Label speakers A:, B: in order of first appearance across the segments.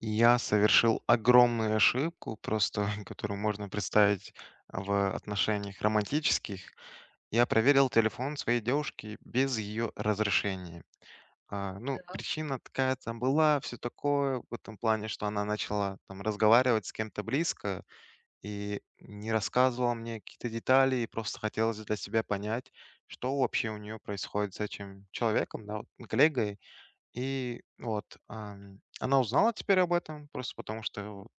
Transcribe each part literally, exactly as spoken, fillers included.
A: Я совершил огромную ошибку, просто которую можно представить в отношениях романтических. Я проверил телефон своей девушки без ее разрешения. А, ну,
B: Так,
A: причина такая там была, все такое, в этом плане, что она начала там разговаривать с кем-то близко и не рассказывала мне какие-то детали, и просто хотелось для себя понять, что вообще у нее происходит с этим человеком, да, вот, коллегой. И вот, ам, она узнала теперь об этом, просто потому что вот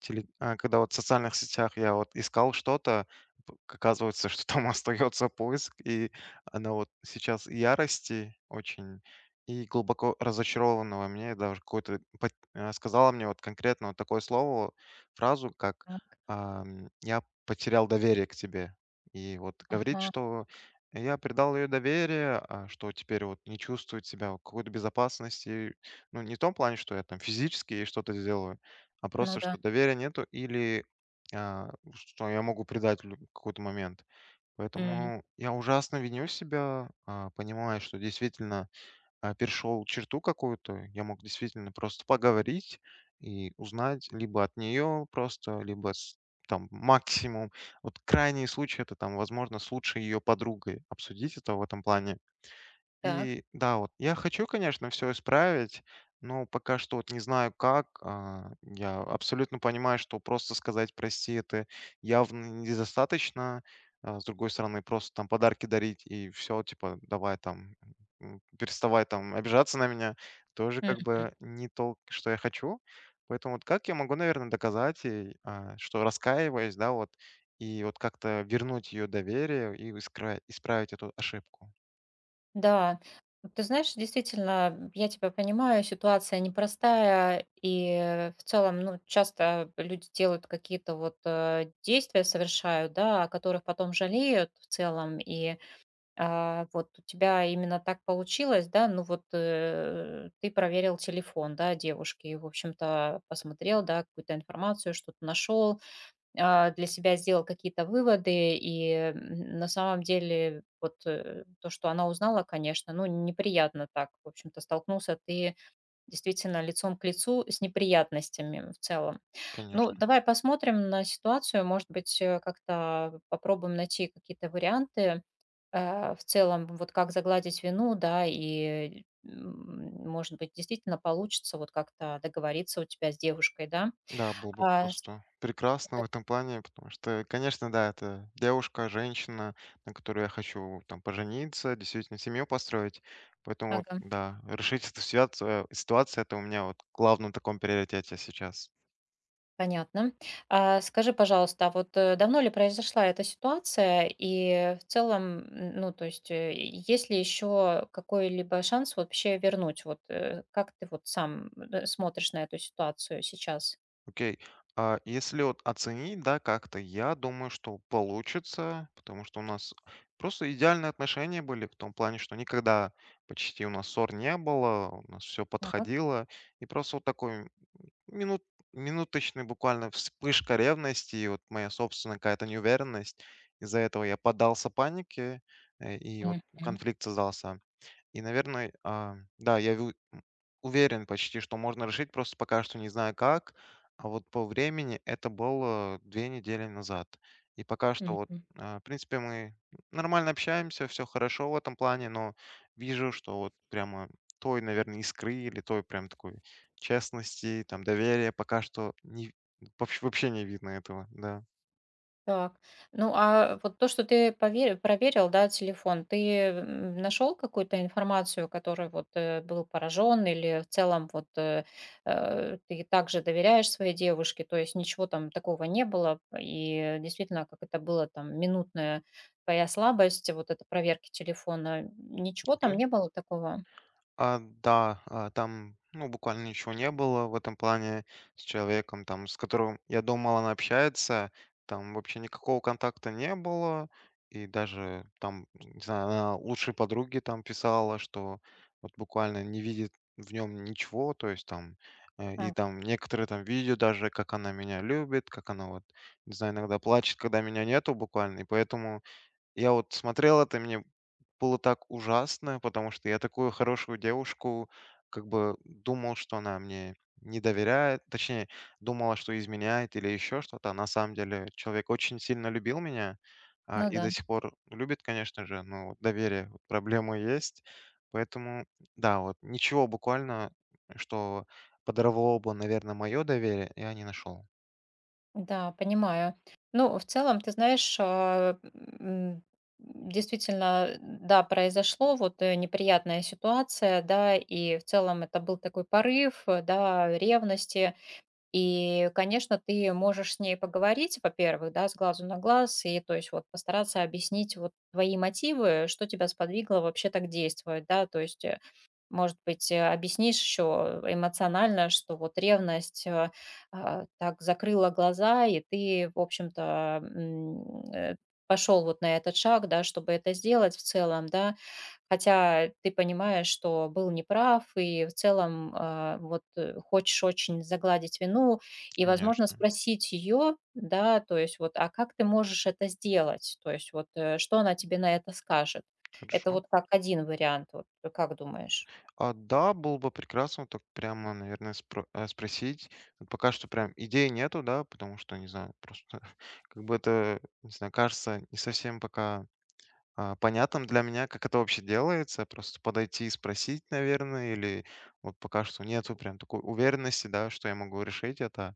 A: теле а, когда вот в социальных сетях я вот искал что-то, п оказывается, что там остается поиск, и она вот сейчас ярости очень и глубоко разочарованного мне, даже какой-то пот а, сказала мне вот конкретно вот такое слово, фразу, как,
B: так,
A: ам: "Я потерял доверие к тебе". И вот говорит,
B: ага,
A: что и я придал ее доверие, а, что теперь вот не чувствует себя в какой-то безопасности. Ну, не в том плане, что я там физически ей что-то сделаю, а
B: ну
A: просто, что
B: да,
A: доверия нету или а, что я могу предать в лю- какой-то момент.
B: м,
A: Поэтому я ужасно виню себя, а, понимаю, что действительно а, перешел черту какую-то, я мог действительно просто поговорить и узнать либо от нее просто, либо с- там максимум. Вот крайний случай это там, возможно, с лучшей ее подругой обсудить это в этом плане.
B: так,
A: И да, вот я хочу, конечно, все исправить, но пока что вот не знаю как. А, я абсолютно понимаю, что просто сказать "прости" — это явно недостаточно. А, с другой стороны, просто там подарки дарить и все, типа: "Давай там, м, переставай там обижаться на меня" — тоже как
B: мгм.
A: бы не то, что я хочу. Поэтому вот как я могу, наверное, доказать ей, а, что раскаиваюсь, да, вот, и вот как-то вернуть ее доверие и искра исправить эту ошибку?
B: Да, ты знаешь, действительно, я тебя понимаю, ситуация непростая, и в целом, ну, часто люди делают какие-то вот э, действия, совершают, да, о которых потом жалеют в целом, и а, вот у тебя именно так получилось, да, ну вот э, ты проверил телефон, да, девушки, и, в общем-то, посмотрел, да, какую-то информацию, что-то нашел, а, для себя сделал какие-то выводы, и м, на самом деле вот э, то, что она узнала, конечно, ну, неприятно так, в общем-то, столкнулся ты действительно лицом к лицу с неприятностями в целом. Ну,
A: Конечно.
B: давай посмотрим на ситуацию, может быть, э, как-то попробуем найти какие-то варианты э, в целом, вот как загладить вину, да, и м, может быть, действительно получится вот как-то договориться у тебя с девушкой, да?
A: Да, было бы
B: А, с-
A: просто прекрасно в
B: да,
A: этом плане, потому что, конечно, да, это девушка, женщина, на которую я хочу там пожениться, действительно семью построить. Поэтому вот,
B: ага.
A: да, решить эту ситуацию, ситуацию это у меня вот в главном таком приоритете сейчас.
B: Понятно. А, скажи, пожалуйста, а вот, э, давно ли произошла эта ситуация? И в целом, м, ну, то есть, э, есть ли еще какой-либо шанс вообще вернуть? Вот, э, как ты вот сам, э, смотришь на эту ситуацию сейчас?
A: Окей. А если вот оценить, да, как-то, я думаю, что получится, потому что у нас просто идеальные отношения были в том плане, что никогда почти у нас ссор не было, у нас все
B: Так.
A: подходило. И просто вот такой Минут минуточный буквально вспышка ревности и вот моя собственная какая-то неуверенность. Из-за этого я поддался панике, э, и вот
B: Мгм.
A: конфликт создался. И, наверное, а, да, я Уверен почти, что можно решить, просто пока что не знаю как. А вот по времени это было две недели назад. И пока что вот,
B: Мгм.
A: а, в принципе, мы нормально общаемся, все хорошо в этом плане, но вижу, что вот прямо той, наверное, искры или той прям такой честности, там, доверия пока что не в вообще не видно этого, да.
B: Так. Ну, а вот то, что ты пове проверил, да, телефон, ты, нашел какую-то информацию, которой вот, э, был поражен, или в целом вот, э, э, ты также доверяешь своей девушке, то есть ничего там такого не было, и действительно, как это было там минутная твоя слабость, вот эта проверки телефона, ничего там не было такого?
A: А, да, а, там, ну, буквально ничего не было в этом плане с человеком, там, с которым, я думал, она общается, там вообще никакого контакта не было, и даже там, не знаю, она лучшей подруге там писала, что вот буквально не видит в нем ничего, то есть там, э, и
B: Ага,
A: там некоторые там видео даже, как она меня любит, как она вот, не знаю, иногда плачет, когда меня нету буквально, и поэтому я вот смотрел это, и мне было так ужасно, потому что я такую хорошую девушку, как бы думал, что она мне не доверяет, точнее, думала, что изменяет или еще что-то. А на самом деле человек очень сильно любил меня а,
B: ну
A: и
B: да.
A: до сих пор любит, конечно же, но вот доверие, вот проблема есть. Поэтому, да, вот ничего буквально, что подорвало бы, наверное, мое доверие, я не нашел.
B: Да, понимаю. Ну, в целом, ты знаешь, а, м, действительно, да, произошло вот э, неприятная ситуация, да, и в целом это был такой порыв, э, да, ревности, и, конечно, ты можешь с ней поговорить, во-первых, да, с глазу на глаз, и, то есть, вот постараться объяснить вот твои мотивы, что тебя сподвигло вообще так действовать, да, то есть, э, может быть, э, объяснишь еще эмоционально, что вот ревность, э, а, так закрыла глаза, и ты, в общем-то, м, э, пошел вот на этот шаг, да, чтобы это сделать в целом, да. Хотя ты понимаешь, что был неправ, и в целом а, вот э, хочешь очень загладить вину, и, возможно,
A: Конечно.
B: спросить ее, да, то есть вот, а как ты можешь это сделать? То есть вот, э, что она тебе на это скажет? Это
A: Хорошо.
B: вот как один вариант, вот, э, как думаешь?
A: А, да, было бы прекрасно, так прямо, наверное, спро э, спросить. Вот пока что прям идей нету, да, потому что, не знаю, просто как бы это, не знаю, кажется не совсем пока, а, понятным для меня, как это вообще делается. Просто подойти и спросить, наверное, или вот пока что нету прям такой уверенности, да, что я могу решить это.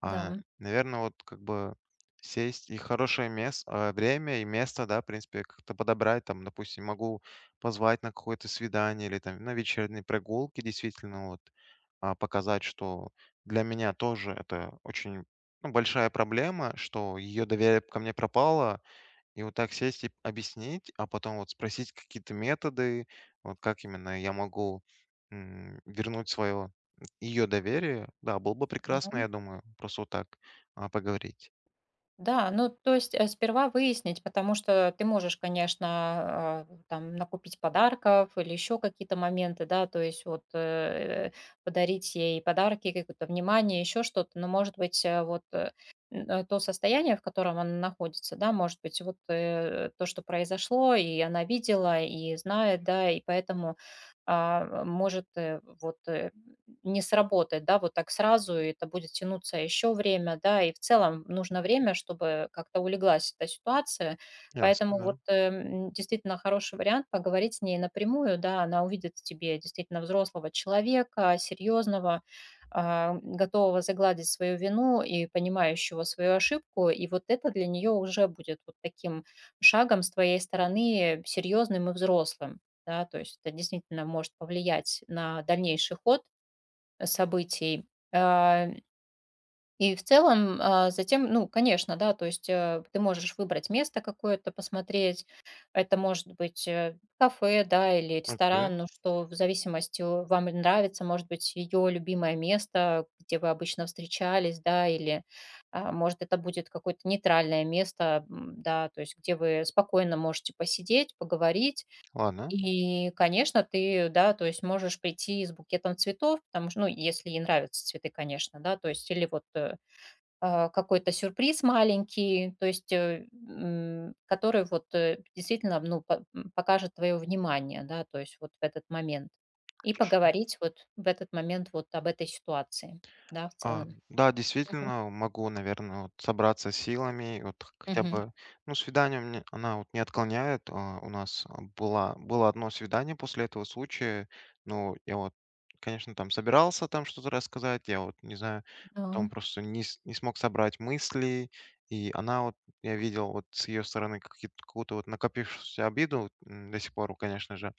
A: А,
B: Да,
A: наверное, вот как бы сесть и хорошее мес а, время и место, да, в принципе, как-то подобрать. Там, допустим, могу позвать на какое-то свидание или там на вечерней прогулке. Действительно, вот, а, показать, что для меня тоже это очень, ну, большая проблема, что ее доверие ко мне пропало. И вот так сесть и объяснить, а потом вот спросить какие-то методы, вот как именно я могу м, вернуть свое ее доверие, да, было бы прекрасно,
B: да.
A: я думаю, просто вот так а, поговорить.
B: Да, ну, то есть, э, сперва выяснить, потому что ты можешь, конечно, а, там накупить подарков или еще какие-то моменты, да, то есть вот э, подарить ей подарки, какое-то внимание, еще что-то, но, может быть, э, вот э, н- э, то состояние, в котором она находится, да, может быть, вот э, то, что произошло, и она видела, и знает, да, и поэтому а, может э, вот э, не сработает, да, вот так сразу, и это будет тянуться еще время, да, и в целом нужно время, чтобы как-то улеглась эта ситуация.
A: Ясно,
B: Поэтому
A: да.
B: вот эм, действительно хороший вариант поговорить с ней напрямую, да, она увидит в тебе действительно взрослого человека, серьезного, а, готового загладить свою вину и понимающего свою ошибку. И вот это для нее уже будет вот таким шагом с твоей стороны серьезным и взрослым. Да, то есть это действительно может повлиять на дальнейший ход событий. А, и в целом, а, затем, ну, конечно, да, то есть, э, ты можешь выбрать место какое-то, посмотреть. Это может быть, э, кафе, да, или
A: Окей,
B: ресторан, ну, что в зависимости о вам нравится, может быть, ее любимое место, где вы обычно встречались, да, или, а, может, это будет какое-то нейтральное место, м, да, то есть, где вы спокойно можете посидеть, поговорить.
A: ладно.
B: И, конечно, ты, да, то есть можешь прийти с букетом цветов, потому что, ну, если ей нравятся цветы, конечно, да, то есть или вот э, а, какой-то сюрприз маленький, то есть, э, м, который вот э, действительно, ну, по- м, покажет твое внимание, да, то есть вот в этот момент. И поговорить вот в этот момент вот об этой ситуации, да, в
A: А,
B: целом.
A: да,
B: Мгм.
A: действительно, могу, наверное, вот собраться силами, вот хотя
B: Мгм.
A: бы, ну, свидание мне, она вот не отклоняет. А, у нас а, была, было одно свидание после этого случая. Ну, я вот, конечно, там собирался там что-то рассказать, я вот, не знаю, потом
B: Да,
A: просто не, с- не смог собрать мысли, и она вот, я видел вот с ее стороны какие- какую-то вот накопившуюся обиду, м, до сих пор, конечно же,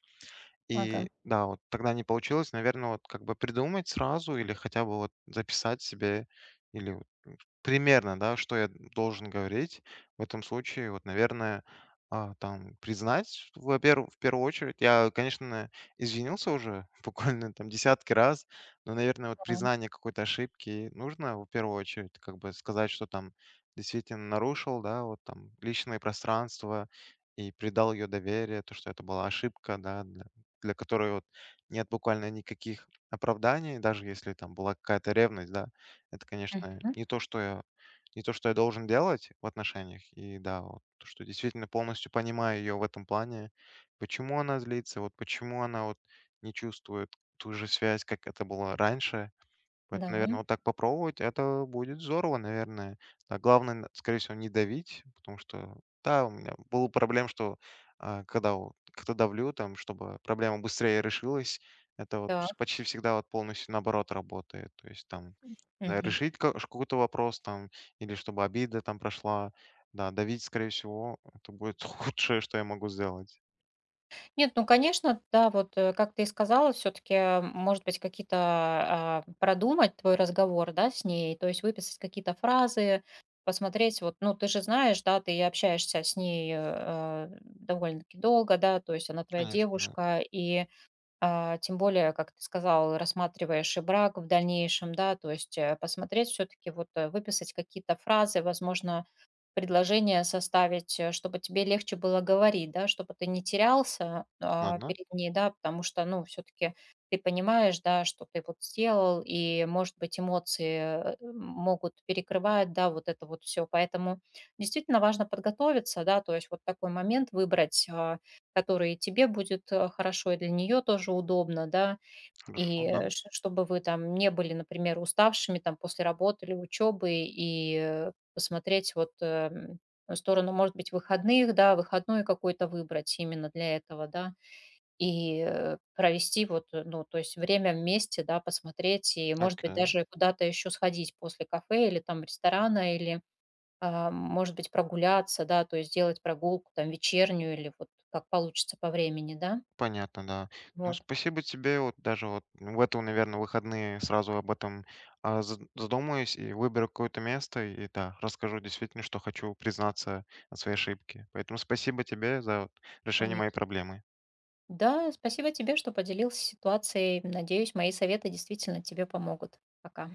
B: ага.
A: и да, вот тогда не получилось, наверное, вот как бы придумать сразу или хотя бы вот записать себе или Примерно, да, что я должен говорить в этом случае. Вот, наверное, а, там признать, во-первых, в первую очередь, я, конечно, извинился уже буквально там десятки раз, но, наверное, вот
B: Да.
A: признание какой-то ошибки нужно в первую очередь, как бы сказать, что там действительно нарушил, да, вот там личное пространство и придал ее доверие, то, что это была ошибка, да, для, для которой вот нет буквально никаких оправданий, даже если там была какая-то ревность, да, это, конечно,
B: Мгм.
A: не то, что я не то, что я должен делать в отношениях. И да, вот то, что действительно полностью понимаю ее в этом плане. Почему она злится, вот почему она вот не чувствует ту же связь, как это было раньше. Поэтому,
B: Да.
A: наверное, вот так попробовать, это будет здорово, наверное. Да, главное, н- скорее всего, не давить, потому что, да, у меня было проблем, что а, когда вот как-то давлю, там, чтобы проблема быстрее решилась, это вот вс-
B: Так.
A: почти всегда вот полностью наоборот работает. То есть там э,
B: Мгм.
A: решить ка- ш- какой-то вопрос там, или чтобы обида там прошла, да, давить, скорее всего, это будет худшее, что я могу сделать.
B: Нет, ну, конечно, да, вот, э, как ты и сказала, все-таки, может быть, какие-то а, продумать твой разговор, да, с ней, то есть выписать какие-то фразы, посмотреть, вот, ну, ты же знаешь, да, ты общаешься с ней э, довольно-таки долго, да, то есть она твоя
A: Конечно.
B: девушка, и а, тем более, как ты сказал, рассматриваешь и брак в дальнейшем, да, то есть э, посмотреть все-таки, вот, э, выписать какие-то фразы, возможно, предложение составить, э, чтобы тебе легче было говорить, да, чтобы ты не терялся, а,
A: Ладно,
B: перед ней, да, потому что, ну, все-таки ты понимаешь, да, что ты вот сделал, и, может быть, эмоции э, могут перекрывать, да, вот это вот все. Поэтому действительно важно подготовиться, да, то есть вот такой момент выбрать, а, который тебе будет э, хорошо и для нее тоже удобно, да,
A: хорошо,
B: и,
A: да.
B: э, ш чтобы вы там не были, например, уставшими там после работы или учебы и, э, посмотреть вот, эм, в сторону, может быть, выходных, да, выходной какой-то выбрать именно для этого, да, и, э, провести вот, э, ну, то есть время вместе, да, посмотреть и, может быть,
A: Окей.
B: даже куда-то еще сходить после кафе или там ресторана, или, а, может быть, прогуляться, да, то есть сделать прогулку там вечернюю или вот как получится по времени, да.
A: Понятно, да. Ну,
B: Вот,
A: спасибо тебе. Вот даже вот ну, в это, наверное, выходные сразу об этом а, за- задумаюсь и выберу какое-то место. И да, расскажу действительно, что хочу признаться о своей ошибке. Поэтому спасибо тебе за вот решение
B: конеч
A: моей проблемы.
B: Да, спасибо тебе, что поделился ситуацией. Надеюсь, мои советы действительно тебе помогут. Пока.